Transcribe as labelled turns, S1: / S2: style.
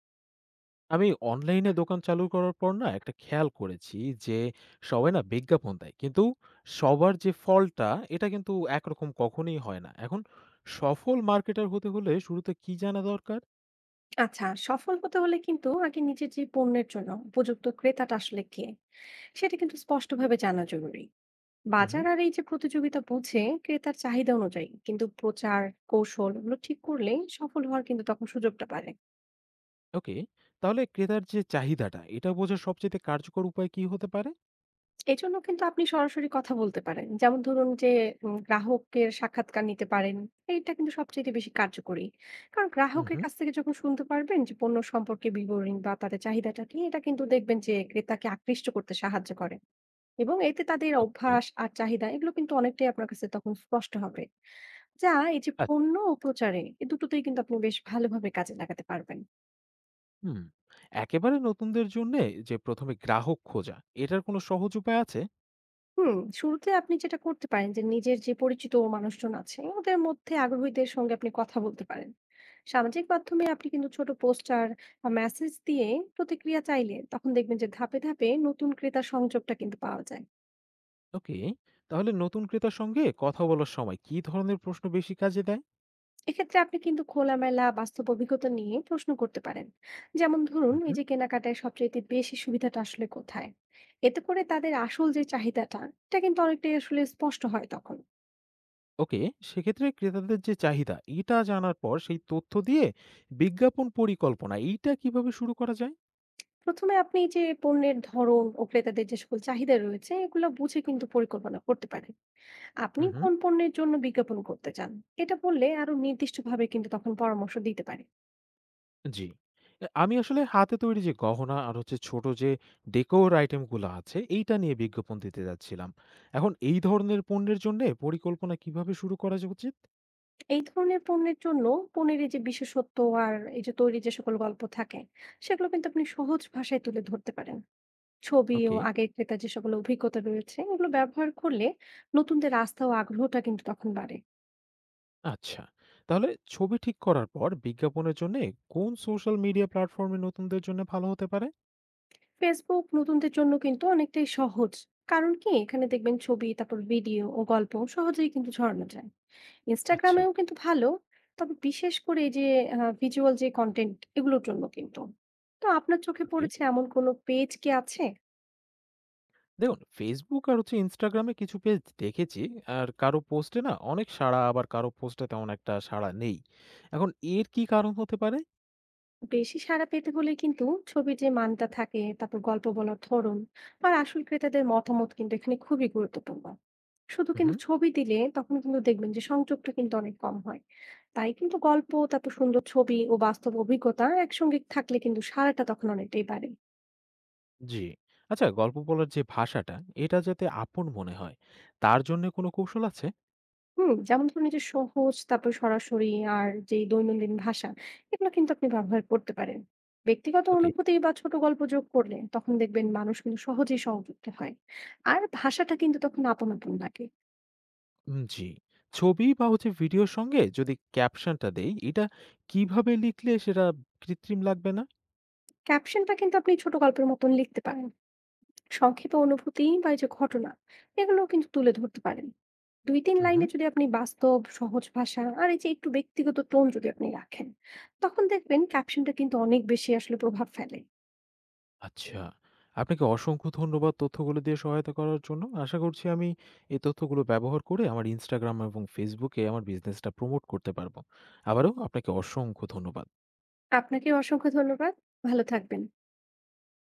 S1: আমি অনলাইনে দোকান চালু করার পর না একটা খেয়াল করেছি যে সবাই না বিজ্ঞাপন দেয় কিন্তু সবার যে ফলটা এটা কিন্তু একরকম কখনোই হয় না। এখন সফল মার্কেটার হতে হলে শুরুতে কি জানা দরকার?
S2: আচ্ছা, সফল হতে হলে কিন্তু আগে নিজের যে পণ্যের জন্য উপযুক্ত ক্রেতাটা আসলে কে সেটা কিন্তু স্পষ্টভাবে জানা জরুরি। বাজার
S1: হুম।
S2: আর এই যে প্রতিযোগিতা বুঝে ক্রেতার চাহিদা অনুযায়ী কিন্তু প্রচার কৌশল এগুলো ঠিক করলে সফল হওয়ার কিন্তু তখন সুযোগটা পারে।
S1: ওকে, তাহলে ক্রেতার যে চাহিদাটা এটা বোঝার সবচেয়ে কার্যকর উপায় কি হতে পারে?
S2: এই জন্য কিন্তু আপনি সরাসরি কথা বলতে পারেন, যেমন ধরুন যে গ্রাহকের সাক্ষাৎকার নিতে পারেন। এটা কিন্তু সবচেয়ে বেশি কার্যকরী। কারণ গ্রাহকের
S1: হুম।
S2: কাছ থেকে যখন শুনতে পারবেন যে পণ্য সম্পর্কে বিবরণ বা তাদের চাহিদাটা কি, এটা কিন্তু দেখবেন যে ক্রেতাকে আকৃষ্ট করতে সাহায্য করে। এবং এতে তাদের
S1: ওকে।
S2: অভ্যাস আর চাহিদা এগুলো কিন্তু অনেকটাই আপনার কাছে তখন স্পষ্ট হবে। যা এই যে
S1: আচ্ছা।
S2: পণ্য ও প্রচারে এ দুটোতেই কিন্তু আপনি বেশ ভালোভাবে কাজে লাগাতে পারবেন।
S1: হুম। একেবারে নতুনদের জন্য যে প্রথমে গ্রাহক খোঁজা, এটার কোনো সহজ উপায় আছে?
S2: হুম, শুরুতে আপনি যেটা করতে পারেন যে নিজের যে পরিচিত মানুষজন আছে ওদের মধ্যে আগ্রহীদের সঙ্গে আপনি কথা বলতে পারেন। সামাজিক মাধ্যমে আপনি কিন্তু ছোট পোস্টার বা মেসেজ দিয়ে প্রতিক্রিয়া চাইলে তখন দেখবেন যে ধাপে, ধাপে নতুন ক্রেতার সংযোগটা কিন্তু পাওয়া যায়।
S1: ওকে, তাহলে নতুন ক্রেতার সঙ্গে কথা বলার সময় কি ধরনের প্রশ্ন বেশি কাজে দেয়?
S2: এক্ষেত্রে আপনি কিন্তু খোলামেলা বাস্তব অভিজ্ঞতা নিয়ে প্রশ্ন করতে পারেন, যেমন ধরুন
S1: হুম,
S2: এই
S1: হুম।
S2: যে কেনাকাটায় সবচেয়ে বেশি সুবিধাটা আসলে কোথায়। এতে করে তাদের আসল যে চাহিদাটা এটা কিন্তু অনেকটাই আসলে স্পষ্ট হয় তখন।
S1: ওকে, সেক্ষেত্রে ক্রেতাদের যে চাহিদা এটা জানার পর সেই তথ্য দিয়ে বিজ্ঞাপন পরিকল্পনা এইটা কিভাবে শুরু করা যায়?
S2: প্রথমে আপনি যে পণ্যের ধরন ও ক্রেতাদের যে সকল চাহিদা রয়েছে এগুলো বুঝে কিন্তু পরিকল্পনা করতে পারেন। আপনি
S1: হুম, হুম।
S2: কোন পণ্যের জন্য বিজ্ঞাপন করতে চান এটা বললে আরো নির্দিষ্টভাবে কিন্তু তখন পরামর্শ দিতে পারে।
S1: জি। এ আমি আসলে হাতে তৈরি যে গহনা আর হচ্ছে ছোট যে ডেকোর আইটেম গুলো আছে এইটা নিয়ে বিজ্ঞাপন দিতে যাচ্ছিলাম। এখন এই ধরনের পণ্যের জন্যে পরিকল্পনা কিভাবে শুরু করা যা উচিত?
S2: এই ধরনের পণ্যের জন্য পণ্যের যে বিশেষত্ব আর এই যে তৈরি যে সকল গল্প থাকে সেগুলো কিন্তু আপনি সহজ ভাষায় তুলে ধরতে পারেন। ছবি ও
S1: ওকে।
S2: আগের ক্রেতা যে সকল অভিজ্ঞতা রয়েছে এগুলো ব্যবহার করলে নতুনদের আস্থা ও আগ্রহটা কিন্তু তখন বাড়ে।
S1: আচ্ছা। তাহলে ছবি ঠিক করার পর বিজ্ঞাপনের জন্যে কোন সোশ্যাল মিডিয়া প্ল্যাটফর্ম এ নতুনদের জন্য ভালো হতে পারে?
S2: ফেসবুক নতুনদের জন্য কিন্তু অনেকটাই সহজ, কারণ কি এখানে দেখবেন ছবি তারপর ভিডিও ও গল্প সহজেই কিন্তু ছড়ানো যায়।
S1: আচ্ছা।
S2: ইনস্টাগ্রামেও কিন্তু ভালো, তবে বিশেষ করে এই যে ভিজুয়াল যে কন্টেন্ট এগুলোর জন্য কিন্তু। তো আপনার চোখে
S1: ওকে।
S2: পড়েছে এমন কোনো পেজ কি আছে?
S1: দেখুন Facebook আর হচ্ছে Instagram এ কিছু পেজ দেখেছি, আর কারো পোস্টে না অনেক সাড়া আবার কারো পোস্টে তেমন একটা সাড়া নেই। এখন এর কি কারণ হতে পারে?
S2: বেশি সাড়া পেতে হলে কিন্তু ছবির যে মানটা থাকে তারপর গল্প বলার ধরন আর আসল ক্রেতাদের মতামত কিন্তু এখানে খুবই গুরুত্বপূর্ণ। শুধু
S1: উহু।
S2: কিন্তু ছবি দিলে তখন কিন্তু দেখবেন যে সংযোগটা কিন্তু অনেক কম হয়। তাই কিন্তু গল্প তারপর সুন্দর ছবি ও বাস্তব অভিজ্ঞতা একসঙ্গে থাকলে কিন্তু সারাটা তখন অনেকটাই বাড়ে।
S1: জি। আচ্ছা, গল্প বলার যে ভাষাটা এটা যাতে আপন মনে হয় তার জন্য কোনো কৌশল আছে?
S2: হুম, যেমন ধরুন এই যে সহজ, তারপর সরাসরি আর যেই দৈনন্দিন ভাষা, এগুলো কিন্তু আপনি ব্যবহার করতে পারেন। ব্যক্তিগত
S1: ওকে।
S2: অনুভূতি বা ছোট গল্প যোগ করলে তখন দেখবেন মানুষ কিন্তু সহজেই সহযুক্ত হয়। আর ভাষাটা কিন্তু তখন আপন আপন লাগে।
S1: জি। ছবি বা হচ্ছে ভিডিওর সঙ্গে যদি ক্যাপশনটা দেই, এটা কিভাবে লিখলে সেটা কৃত্রিম লাগবে না?
S2: ক্যাপশনটা কিন্তু আপনি ছোট গল্পের মতন লিখতে পারেন। সংক্ষেপে অনুভূতি বা এই যে ঘটনা, এগুলো কিন্তু তুলে ধরতে পারেন। ২-৩
S1: উহু।
S2: লাইনে যদি আপনি বাস্তব, সহজ ভাষা আর এই যে একটু ব্যক্তিগত টোন যদি আপনি রাখেন, তখন দেখবেন ক্যাপশনটা কিন্তু অনেক বেশি আসলে প্রভাব ফেলে।
S1: আচ্ছা। আপনাকে অসংখ্য ধন্যবাদ তথ্যগুলো দিয়ে সহায়তা করার জন্য। আশা করছি আমি এই তথ্যগুলো ব্যবহার করে আমার Instagram এবং Facebook এ আমার বিজনেসটা প্রমোট করতে পারব। আবারও আপনাকে অসংখ্য ধন্যবাদ।
S2: আপনাকে অসংখ্য ধন্যবাদ। ভালো থাকবেন।